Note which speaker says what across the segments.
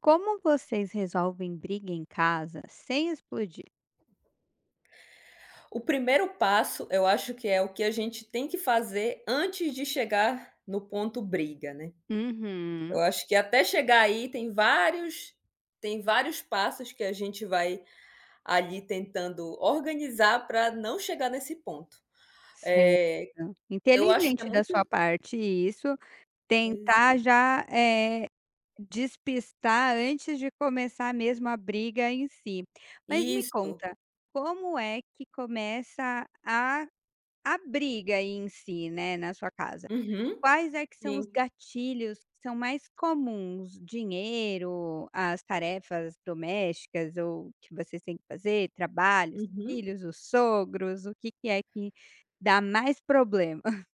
Speaker 1: Como vocês resolvem briga em casa sem explodir?
Speaker 2: O primeiro passo, eu acho que é o que a gente tem que fazer antes de chegar no ponto briga, né.
Speaker 1: Uhum.
Speaker 2: Eu acho que até chegar aí tem vários passos que a gente vai ali tentando organizar para não chegar nesse ponto.
Speaker 1: Certo.
Speaker 2: Eh, eu acho que é
Speaker 1: Inteligente da
Speaker 2: muito.
Speaker 1: sua parte isso,
Speaker 2: Pois
Speaker 1: tentar
Speaker 2: é.
Speaker 1: já, despistar antes de começar mesmo a briga em si. Mas me
Speaker 2: Isso.
Speaker 1: conta, como é que começa a briga em si, né, na sua casa?
Speaker 2: Uhum.
Speaker 1: Quais é que são os
Speaker 2: Sim.
Speaker 1: gatilhos que são mais comuns? Dinheiro, as tarefas domésticas ou que vocês têm que fazer, trabalho, os
Speaker 2: Uhum.
Speaker 1: filhos, os sogros, o que que é que dá mais problema?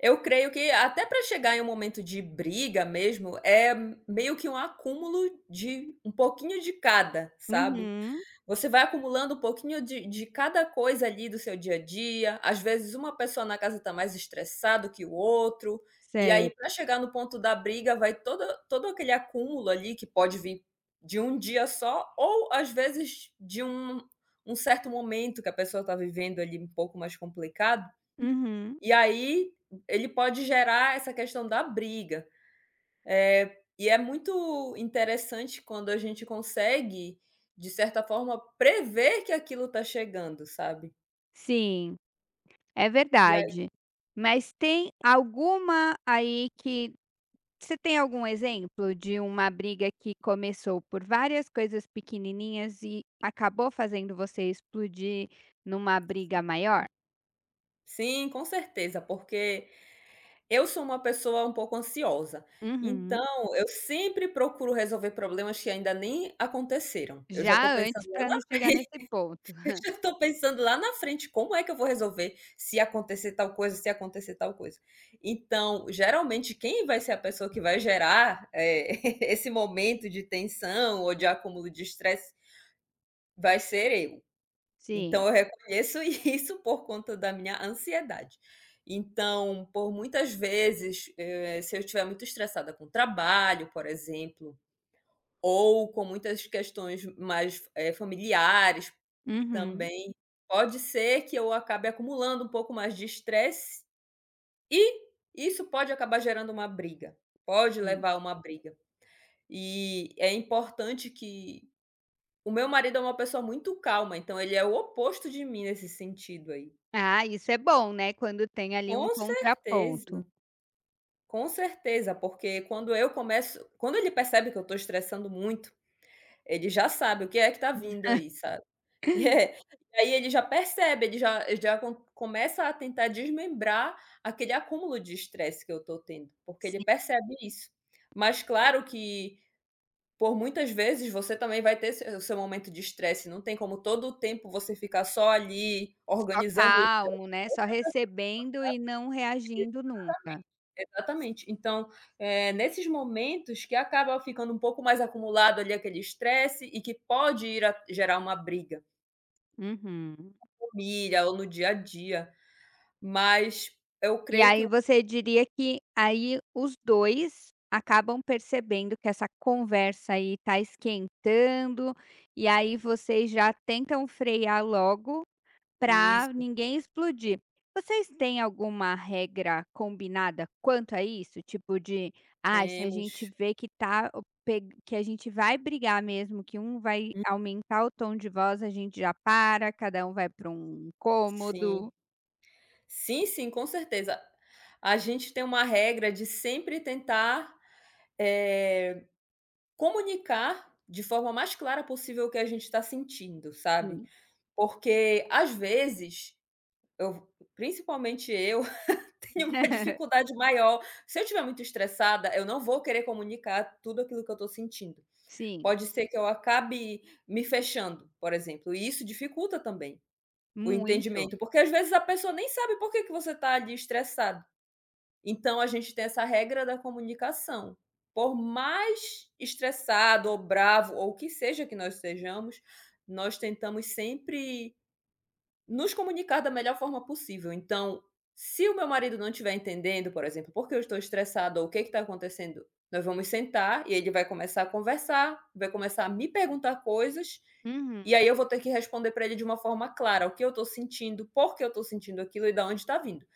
Speaker 2: Eu creio que até para chegar em um momento de briga mesmo, é meio que um acúmulo de um pouquinho de cada, sabe.
Speaker 1: Uhum,
Speaker 2: Você vai acumulando um pouquinho de cada coisa ali do seu dia a dia, às vezes uma pessoa na casa está mais estressado que o outro, e aí para
Speaker 1: certo.
Speaker 2: chegar no ponto da briga vai todo aquele acúmulo ali que pode vir de um dia só ou às vezes de um certo momento que a pessoa está vivendo ali um pouco mais complicado,
Speaker 1: Uhum.
Speaker 2: e aí ele pode gerar essa questão da briga. É, e é muito interessante quando a gente consegue, de certa forma, prever que aquilo está chegando, sabe.
Speaker 1: Sim, é
Speaker 2: E aí
Speaker 1: verdade. Mas tem alguma aí que você tem algum exemplo de uma briga que começou por várias coisas pequenininhas e acabou fazendo você explodir numa briga maior?
Speaker 2: sim, com certeza, porque eu sou uma pessoa um pouco ansiosa,
Speaker 1: Uhum.
Speaker 2: então eu sempre procuro resolver problemas que ainda nem aconteceram, eu já estou
Speaker 1: Já antes
Speaker 2: pensando lá
Speaker 1: para não
Speaker 2: na
Speaker 1: chegar nesse ponto.
Speaker 2: Eu já tô pensando lá na frente como é que eu vou resolver, se acontecer tal coisa, se acontecer tal coisa. Então, geralmente quem vai ser a pessoa que vai gerar, esse momento de tensão ou de acúmulo de estresse, vai ser eu.
Speaker 1: Sim.
Speaker 2: Então eu reconheço isso por conta da minha ansiedade. Então, por muitas vezes, se eu estiver muito estressada com o trabalho, por exemplo, ou com muitas questões mais, familiares
Speaker 1: Uhum.
Speaker 2: também pode ser que eu acabe acumulando um pouco mais de estresse e isso pode acabar gerando uma briga, pode
Speaker 1: Sim.
Speaker 2: levar a uma briga. E é importante que o meu marido é uma pessoa muito calma, então ele é o oposto de mim nesse sentido aí.
Speaker 1: Ah, isso é bom, né, quando tem ali um
Speaker 2: Com
Speaker 1: contraponto.
Speaker 2: certeza, com certeza, porque quando ele percebe que eu estou estressando muito, ele já sabe o que é que está vindo aí, sabe. É, e aí ele já percebe, ele já com começa a tentar desmembrar aquele acúmulo de estresse que eu estou tendo, porque ele
Speaker 1: Sim,
Speaker 2: percebe isso. Mas claro que por muitas vezes você também vai ter seu o seu momento de estresse, não tem como todo o tempo você ficar só ali
Speaker 1: só
Speaker 2: organizando o estresse.
Speaker 1: calmo, né, só recebendo e não reagindo nunca.
Speaker 2: Exatamente. Então, nesses momentos que acaba ficando um pouco mais acumulado ali aquele estresse e que pode ir a gerar uma briga,
Speaker 1: Uhum.
Speaker 2: família ou no dia a dia, mas eu
Speaker 1: E
Speaker 2: creio que.
Speaker 1: aí você diria que aí os 2 acabam percebendo que essa conversa aí tá esquentando, e aí vocês já tentam frear logo para
Speaker 2: Isso,
Speaker 1: ninguém explodir. Vocês têm alguma regra combinada quanto a isso? Tipo de: ah, se a gente
Speaker 2: temos.
Speaker 1: vê que tá o peg que a gente vai brigar mesmo, que um vai aumentar o tom de voz, a gente já para, cada um vai para um cômodo".
Speaker 2: Sim. Sim, sim, com certeza. A gente tem uma regra de sempre tentar, eh, comunicar de forma mais clara possível o que a gente está sentindo, sabe.
Speaker 1: Sim.
Speaker 2: Porque, às vezes, eu principalmente eu, tenho uma dificuldade maior. Se eu estiver muito estressada, eu não vou querer comunicar tudo aquilo que eu estou sentindo.
Speaker 1: Sim.
Speaker 2: Pode ser que eu acabe me fechando, por exemplo, e isso dificulta também. O
Speaker 1: Muito.
Speaker 2: entendimento, porque às vezes a pessoa nem sabe por que que você está ali estressado. Então a gente tem essa regra da comunicação. Por mais estressado ou bravo ou o que seja que nós sejamos, nós tentamos sempre nos comunicar da melhor forma possível. Então, se o meu marido não estiver entendendo, por exemplo, por que eu estou estressada ou o que está acontecendo, nós vamos sentar e ele vai começar a conversar, vai começar a me perguntar coisas,
Speaker 1: Uhum.
Speaker 2: e aí eu vou ter que responder para ele de uma forma clara o que eu estou sentindo, por que eu estou sentindo aquilo e de onde está vindo.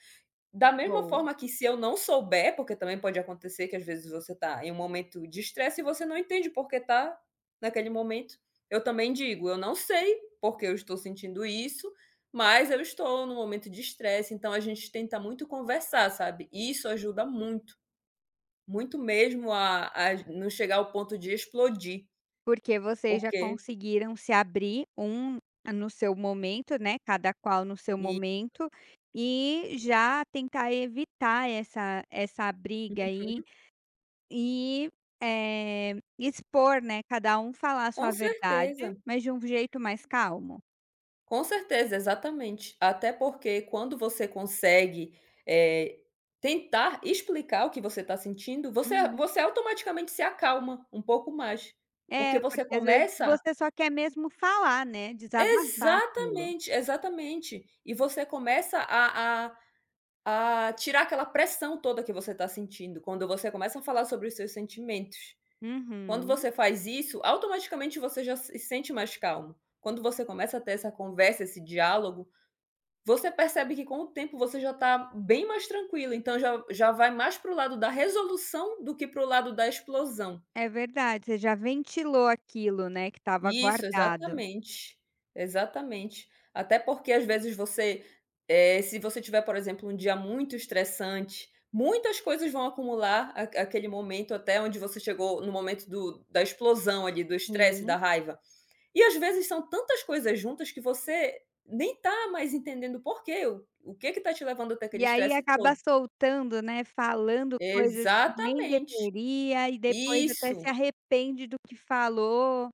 Speaker 2: Da mesma
Speaker 1: Boa.
Speaker 2: forma que se eu não souber, porque também pode acontecer que às vezes você está em um momento de estresse e você não entende por que tá naquele momento, eu também digo: "Eu não sei porque eu estou sentindo isso, mas eu estou num momento de estresse", então a gente tenta muito conversar, sabe. E isso ajuda muito, muito mesmo a não chegar ao ponto de explodir,
Speaker 1: Porque vocês já
Speaker 2: porque
Speaker 1: conseguiram se abrir um no seu momento, né, cada qual no seu
Speaker 2: e
Speaker 1: momento, e já tentar evitar essa briga aí e, eh, expor, né, cada um falar a
Speaker 2: Com
Speaker 1: sua verdade,
Speaker 2: certeza.
Speaker 1: mas de um jeito mais calmo.
Speaker 2: Com certeza, exatamente. Até porque quando você consegue, eh, tentar explicar o que você está sentindo, você
Speaker 1: Uhum.
Speaker 2: você automaticamente se acalma um pouco mais, porque
Speaker 1: É,
Speaker 2: você
Speaker 1: porque às vezes
Speaker 2: começa
Speaker 1: você só quer mesmo falar, né, desabafar aquilo.
Speaker 2: Exatamente, exatamente. E você começa a tirar aquela pressão toda que você está sentindo, quando você começa a falar sobre os seus sentimentos. Quando
Speaker 1: Uhum.
Speaker 2: você faz isso, automaticamente você já se sente mais calmo. Quando você começa a ter essa conversa, esse diálogo, você percebe que com o tempo você já está bem mais tranquilo. Então já vai mais para o lado da resolução do que para o lado da explosão.
Speaker 1: É verdade, você já ventilou aquilo, né, que estava
Speaker 2: Isso,
Speaker 1: guardado.
Speaker 2: exatamente, exatamente. Até porque às vezes você, se você tiver, por exemplo, um dia muito estressante, muitas coisas vão acumular a aquele momento até onde você chegou no momento do da explosão ali, do estresse,
Speaker 1: Sim.
Speaker 2: da raiva. E às vezes são tantas coisas juntas que você nem tá mais entendendo o porquê, o que que tá te levando até
Speaker 1: E
Speaker 2: aquele
Speaker 1: aí
Speaker 2: estresse
Speaker 1: acaba
Speaker 2: todo.
Speaker 1: soltando, né, falando coisas que nem
Speaker 2: Exatamente.
Speaker 1: deveria e depois até se
Speaker 2: Isso,
Speaker 1: arrepende do que falou.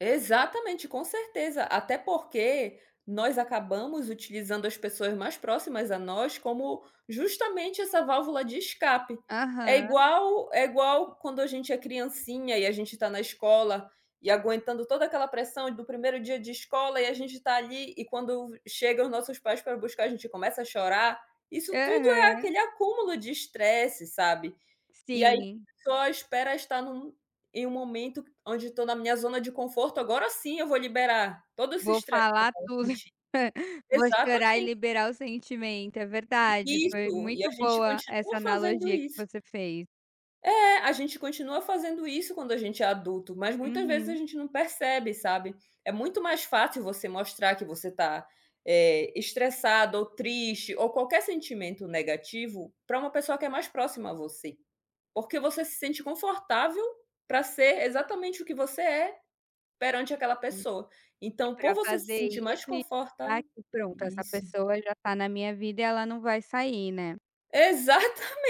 Speaker 2: exatamente, com certeza. Até porque nós acabamos utilizando as pessoas mais próximas a nós como justamente essa válvula de escape. É
Speaker 1: Aham,
Speaker 2: igual é igual quando a gente é criancinha e a gente está na escola e aguentando toda aquela pressão do primeiro dia de escola e a gente está ali e quando chegam os nossos pais para buscar, a gente começa a chorar. Isso tudo é
Speaker 1: aham.
Speaker 2: aquele acúmulo de estresse, sabe? E aí
Speaker 1: Sim,
Speaker 2: só espera estar num em um momento onde estou na minha zona de conforto, agora sim eu vou liberar todo esse
Speaker 1: vou
Speaker 2: estresse.
Speaker 1: falar tudo.
Speaker 2: Gente.
Speaker 1: Vou
Speaker 2: Exata
Speaker 1: chorar e liberar o sentimento, é verdade. Foi
Speaker 2: Isso, e a
Speaker 1: muito
Speaker 2: gente
Speaker 1: boa essa
Speaker 2: continua fazendo
Speaker 1: analogia que
Speaker 2: isso.
Speaker 1: você fez.
Speaker 2: É, a gente continua fazendo isso quando a gente é adulto, mas muitas vezes
Speaker 1: Uhum.
Speaker 2: a gente não percebe, sabe. É muito mais fácil você mostrar que você está, estressado ou triste ou qualquer sentimento negativo para uma pessoa que é mais próxima a você, porque você se sente confortável para ser exatamente o que você é perante aquela pessoa.
Speaker 1: E
Speaker 2: Então,
Speaker 1: para
Speaker 2: por você se
Speaker 1: fazer
Speaker 2: sentir mais
Speaker 1: isso e ah,
Speaker 2: confortável.
Speaker 1: que pronto, essa
Speaker 2: Isso.
Speaker 1: pessoa já tá na minha vida e ela não vai sair, né.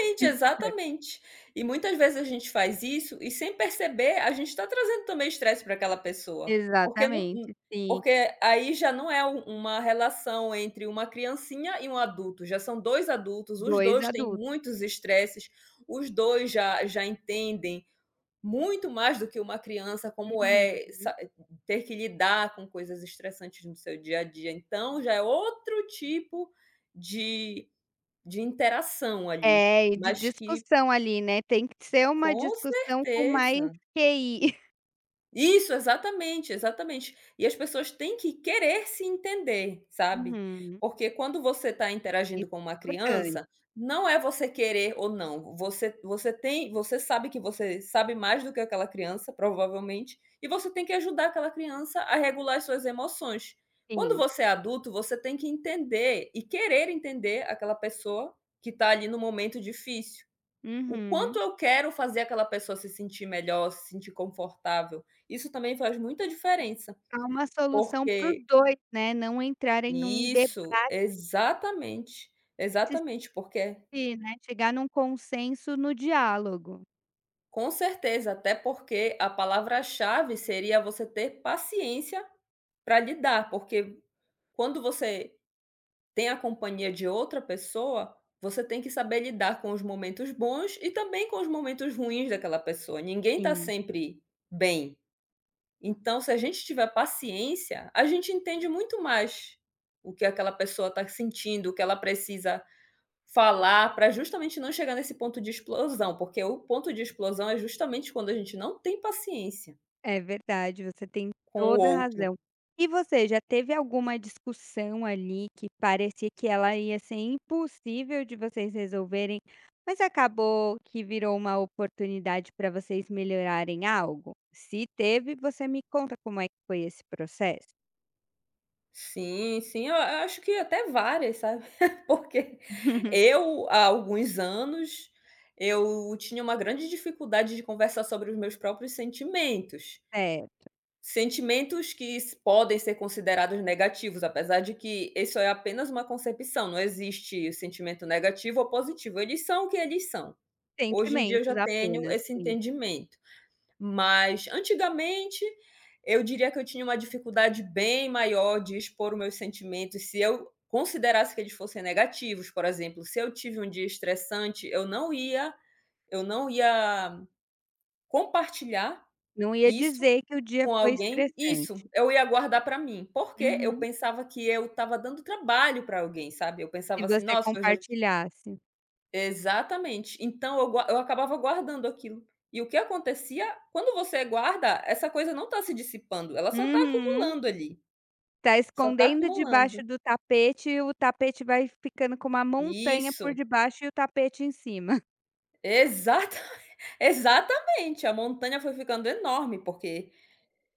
Speaker 2: exatamente. E muitas vezes a gente faz isso e sem perceber, a gente está trazendo também estresse para aquela pessoa, porque não
Speaker 1: Exatamente, sim,
Speaker 2: porque aí já não é u uma relação entre uma criancinha e um adulto, já são 2 adultos, os
Speaker 1: dois
Speaker 2: 2 têm
Speaker 1: adultos.
Speaker 2: muitos estresses, os 2 já entendem muito mais do que uma criança, como é
Speaker 1: Uhum.
Speaker 2: sa ter que lidar com coisas estressantes no seu dia a dia. Então já é outro tipo de interação ali,
Speaker 1: É, e de
Speaker 2: mas que
Speaker 1: discussão ali, né, tem que ser uma
Speaker 2: Com
Speaker 1: discussão com mais
Speaker 2: certeza.
Speaker 1: QI.
Speaker 2: Isso, exatamente, exatamente. E as pessoas têm que querer se entender, sabe.
Speaker 1: Uhum.
Speaker 2: Porque quando você está
Speaker 1: Isso é
Speaker 2: interagindo com uma
Speaker 1: importante,
Speaker 2: criança, não é você querer ou não, você sabe que você sabe mais do que aquela criança, provavelmente, e você tem que ajudar aquela criança a regular as suas emoções. Quando
Speaker 1: sim.
Speaker 2: você é adulto, você tem que entender e querer entender aquela pessoa que está ali no momento difícil. O quanto
Speaker 1: Uhum.
Speaker 2: eu quero fazer aquela pessoa se sentir melhor, se sentir confortável. Isso também faz muita diferença,
Speaker 1: Há uma solução para os
Speaker 2: porque
Speaker 1: dois, né, não entrarem num debate,
Speaker 2: Isso, exatamente, exatamente, porque
Speaker 1: né, chegar num consenso no diálogo.
Speaker 2: Com certeza, até porque a palavra-chave seria você ter paciência para lidar, porque quando você tem a companhia de outra pessoa, você tem que saber lidar com os momentos bons e também com os momentos ruins daquela pessoa. Ninguém está
Speaker 1: Sim.
Speaker 2: sempre bem. Então, se a gente tiver paciência, a gente entende muito mais o que aquela pessoa está sentindo, o que ela precisa falar, para justamente não chegar nesse ponto de explosão, porque o ponto de explosão é justamente quando a gente não tem paciência
Speaker 1: É verdade, você tem
Speaker 2: com o
Speaker 1: toda a
Speaker 2: outro.
Speaker 1: razão. E você, já teve alguma discussão ali que parecia que ela ia ser impossível de vocês resolverem, mas acabou que virou uma oportunidade para vocês melhorarem algo? Se teve, você me conta como é que foi esse processo?
Speaker 2: Sim, sim, eu a acho que até várias, sabe, porque eu, há alguns anos, eu tinha uma grande dificuldade de conversar sobre os meus próprios sentimentos.
Speaker 1: É,
Speaker 2: Sentimentos que s podem ser considerados negativos, apesar de que isso é apenas uma concepção, não existe sentimento negativo ou positivo, eles são o que eles são. Hoje em dia eu
Speaker 1: sentimentos
Speaker 2: já tenho
Speaker 1: apenas,
Speaker 2: esse
Speaker 1: sim.
Speaker 2: entendimento, mas antigamente eu diria que eu tinha uma dificuldade bem maior de expor os meus sentimentos, se eu considerasse que eles fossem negativos, por exemplo, se eu tive um dia estressante, eu não ia compartilhar
Speaker 1: Não ia
Speaker 2: isso
Speaker 1: dizer que o dia
Speaker 2: com
Speaker 1: foi
Speaker 2: alguém,
Speaker 1: estressante.
Speaker 2: eu ia guardar para mim, porque eu
Speaker 1: Uhum.
Speaker 2: pensava que eu estava dando trabalho para alguém, sabe. Eu
Speaker 1: Se
Speaker 2: pensava assim:
Speaker 1: você
Speaker 2: "Nossa, eu já".
Speaker 1: compartilhasse.
Speaker 2: Exatamente. Então eu acabava guardando aquilo. E o que acontecia, quando você guarda, essa coisa não está se dissipando, ela só está
Speaker 1: Uhum.
Speaker 2: acumulando ali,
Speaker 1: Tá
Speaker 2: só está
Speaker 1: escondendo
Speaker 2: acumulando.
Speaker 1: debaixo do tapete e o tapete vai ficando com uma montanha por
Speaker 2: Isso,
Speaker 1: debaixo e o tapete em cima.
Speaker 2: exata exatamente, a montanha foi ficando enorme, porque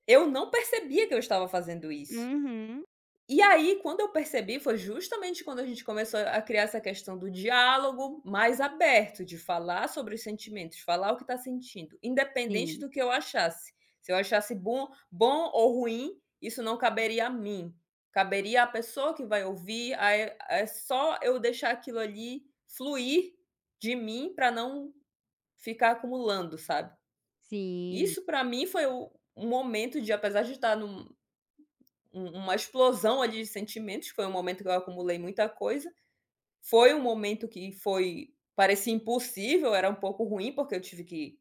Speaker 2: eu não percebia que eu estava fazendo isso.
Speaker 1: Uhum.
Speaker 2: E aí, quando eu percebi, foi justamente quando a gente começou a criar essa questão do diálogo mais aberto, de falar sobre os sentimentos, falar o que está sentindo, independente
Speaker 1: Sim,
Speaker 2: do que eu achasse. Se eu achasse bom ou ruim, isso não caberia a mim. Caberia à pessoa que vai ouvir, a é é só eu deixar aquilo ali fluir de mim para não ficar acumulando, sabe.
Speaker 1: sim.
Speaker 2: Isso para mim foi o um momento de, apesar de estar uma explosão ali de sentimentos, foi um momento que eu acumulei muita coisa. Foi um momento que foi parecia impossível, era um pouco ruim, porque eu tive que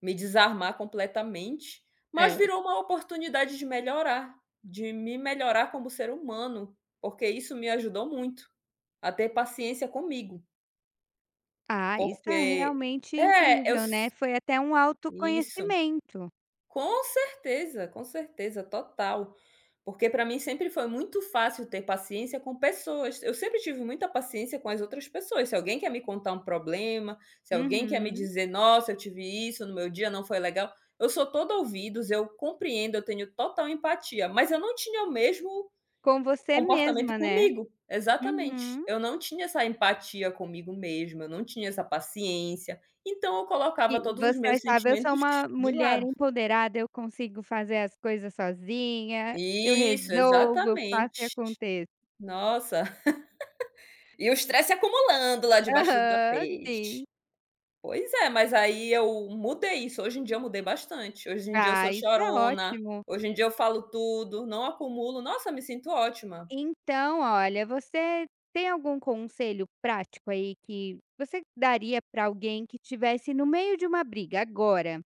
Speaker 2: me desarmar completamente, mas
Speaker 1: É.
Speaker 2: virou uma oportunidade de melhorar, de me melhorar como ser humano, porque isso me ajudou muito a ter paciência comigo,
Speaker 1: Ah, isso é
Speaker 2: porque
Speaker 1: realmente
Speaker 2: É, eu
Speaker 1: incrível, né,
Speaker 2: s
Speaker 1: foi até um
Speaker 2: isso.
Speaker 1: autoconhecimento.
Speaker 2: Com certeza, total. Porque para mim sempre foi muito fácil ter paciência com pessoas. Eu sempre tive muita paciência com as outras pessoas. Se alguém quer me contar um problema, se alguém quer me
Speaker 1: Uhum.
Speaker 2: dizer: "Nossa, eu tive isso no meu dia, não foi legal", eu sou todo ouvidos, eu compreendo, eu tenho total empatia, mas eu não tinha o mesmo
Speaker 1: Com você
Speaker 2: comportamento
Speaker 1: mesma, né.
Speaker 2: comigo. Exatamente.
Speaker 1: Uhum.
Speaker 2: Eu não tinha essa empatia comigo mesma, eu não tinha essa paciência, então eu
Speaker 1: E
Speaker 2: colocava todos os
Speaker 1: você
Speaker 2: meus
Speaker 1: achava: "Eu sou
Speaker 2: sentimentos
Speaker 1: uma
Speaker 2: de
Speaker 1: mulher
Speaker 2: lado.
Speaker 1: empoderada, eu consigo fazer as coisas sozinha, eu
Speaker 2: Isso,
Speaker 1: resolvo, eu faço e
Speaker 2: exatamente.
Speaker 1: aconteço".
Speaker 2: Nossa, e o estresse acumulando lá debaixo do
Speaker 1: Aham, sim.
Speaker 2: tapete. Pois é, mas aí eu mudei isso, hoje em dia eu mudei bastante, hoje em dia eu sou
Speaker 1: Ah, isso é
Speaker 2: chorona,
Speaker 1: ótimo.
Speaker 2: hoje em dia eu falo tudo, não acumulo, nossa, me sinto ótima.
Speaker 1: Então, olha, você tem algum conselho prático aí que você daria para alguém que estivesse no meio de uma briga agora?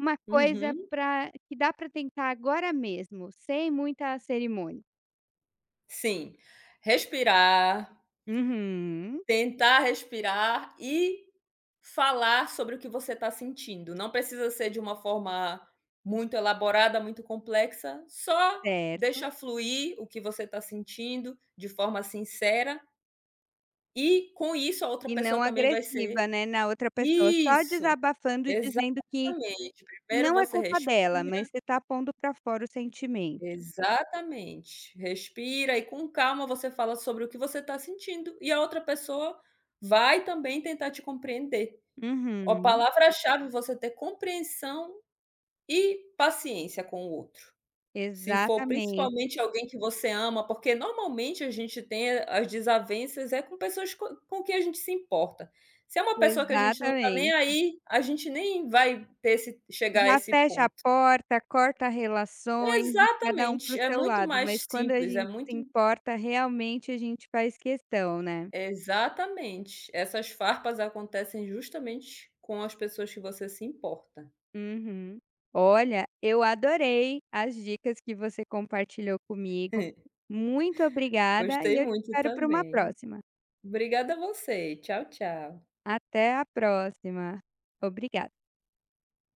Speaker 1: Uma coisa
Speaker 2: Uhum.
Speaker 1: para que dá para tentar agora mesmo, sem muita cerimônia.
Speaker 2: Sim, respirar.
Speaker 1: Uhum.
Speaker 2: Tentar respirar e falar sobre o que você está sentindo. Não precisa ser de uma forma muito elaborada, muito complexa, só
Speaker 1: Certo.
Speaker 2: deixa fluir o que você está sentindo de forma sincera e com isso a outra
Speaker 1: E não
Speaker 2: pessoa também vai
Speaker 1: agressiva,
Speaker 2: ser
Speaker 1: né, na outra pessoa, só
Speaker 2: Isso,
Speaker 1: desabafando e dizendo que
Speaker 2: exatamente. Primeiro
Speaker 1: não é
Speaker 2: você
Speaker 1: culpa dela, mas
Speaker 2: respira.
Speaker 1: você está pondo para fora o sentimento.
Speaker 2: Exatamente. Respira e com calma você fala sobre o que você está sentindo e a outra pessoa vai também tentar te compreender. A
Speaker 1: Uhum.
Speaker 2: palavra-chave é você ter compreensão e paciência com o outro. Se for
Speaker 1: Exatamente,
Speaker 2: principalmente alguém que você ama, porque normalmente a gente tem as desavenças é com pessoas co com que a gente se importa. Se é uma pessoa que a gente não tá nem
Speaker 1: exatamente.
Speaker 2: aí, a gente nem vai ter esse chegar a
Speaker 1: Já
Speaker 2: esse
Speaker 1: fecha a
Speaker 2: ponto.
Speaker 1: porta, corta relações e cada um para
Speaker 2: Exatamente,
Speaker 1: o
Speaker 2: é
Speaker 1: seu
Speaker 2: muito
Speaker 1: lado, mas
Speaker 2: mais
Speaker 1: quando a
Speaker 2: simples, é
Speaker 1: gente se
Speaker 2: muito
Speaker 1: importa, realmente a gente faz questão, né.
Speaker 2: exatamente. Essas farpas acontecem justamente com as pessoas que você se importa.
Speaker 1: Uhum. Olha, eu adorei as dicas que você compartilhou comigo. Muito obrigada e
Speaker 2: Gostei
Speaker 1: eu te
Speaker 2: muito
Speaker 1: espero para uma
Speaker 2: também.
Speaker 1: próxima.
Speaker 2: Obrigada a você. Tchau, tchau.
Speaker 1: Até a próxima. Obrigada.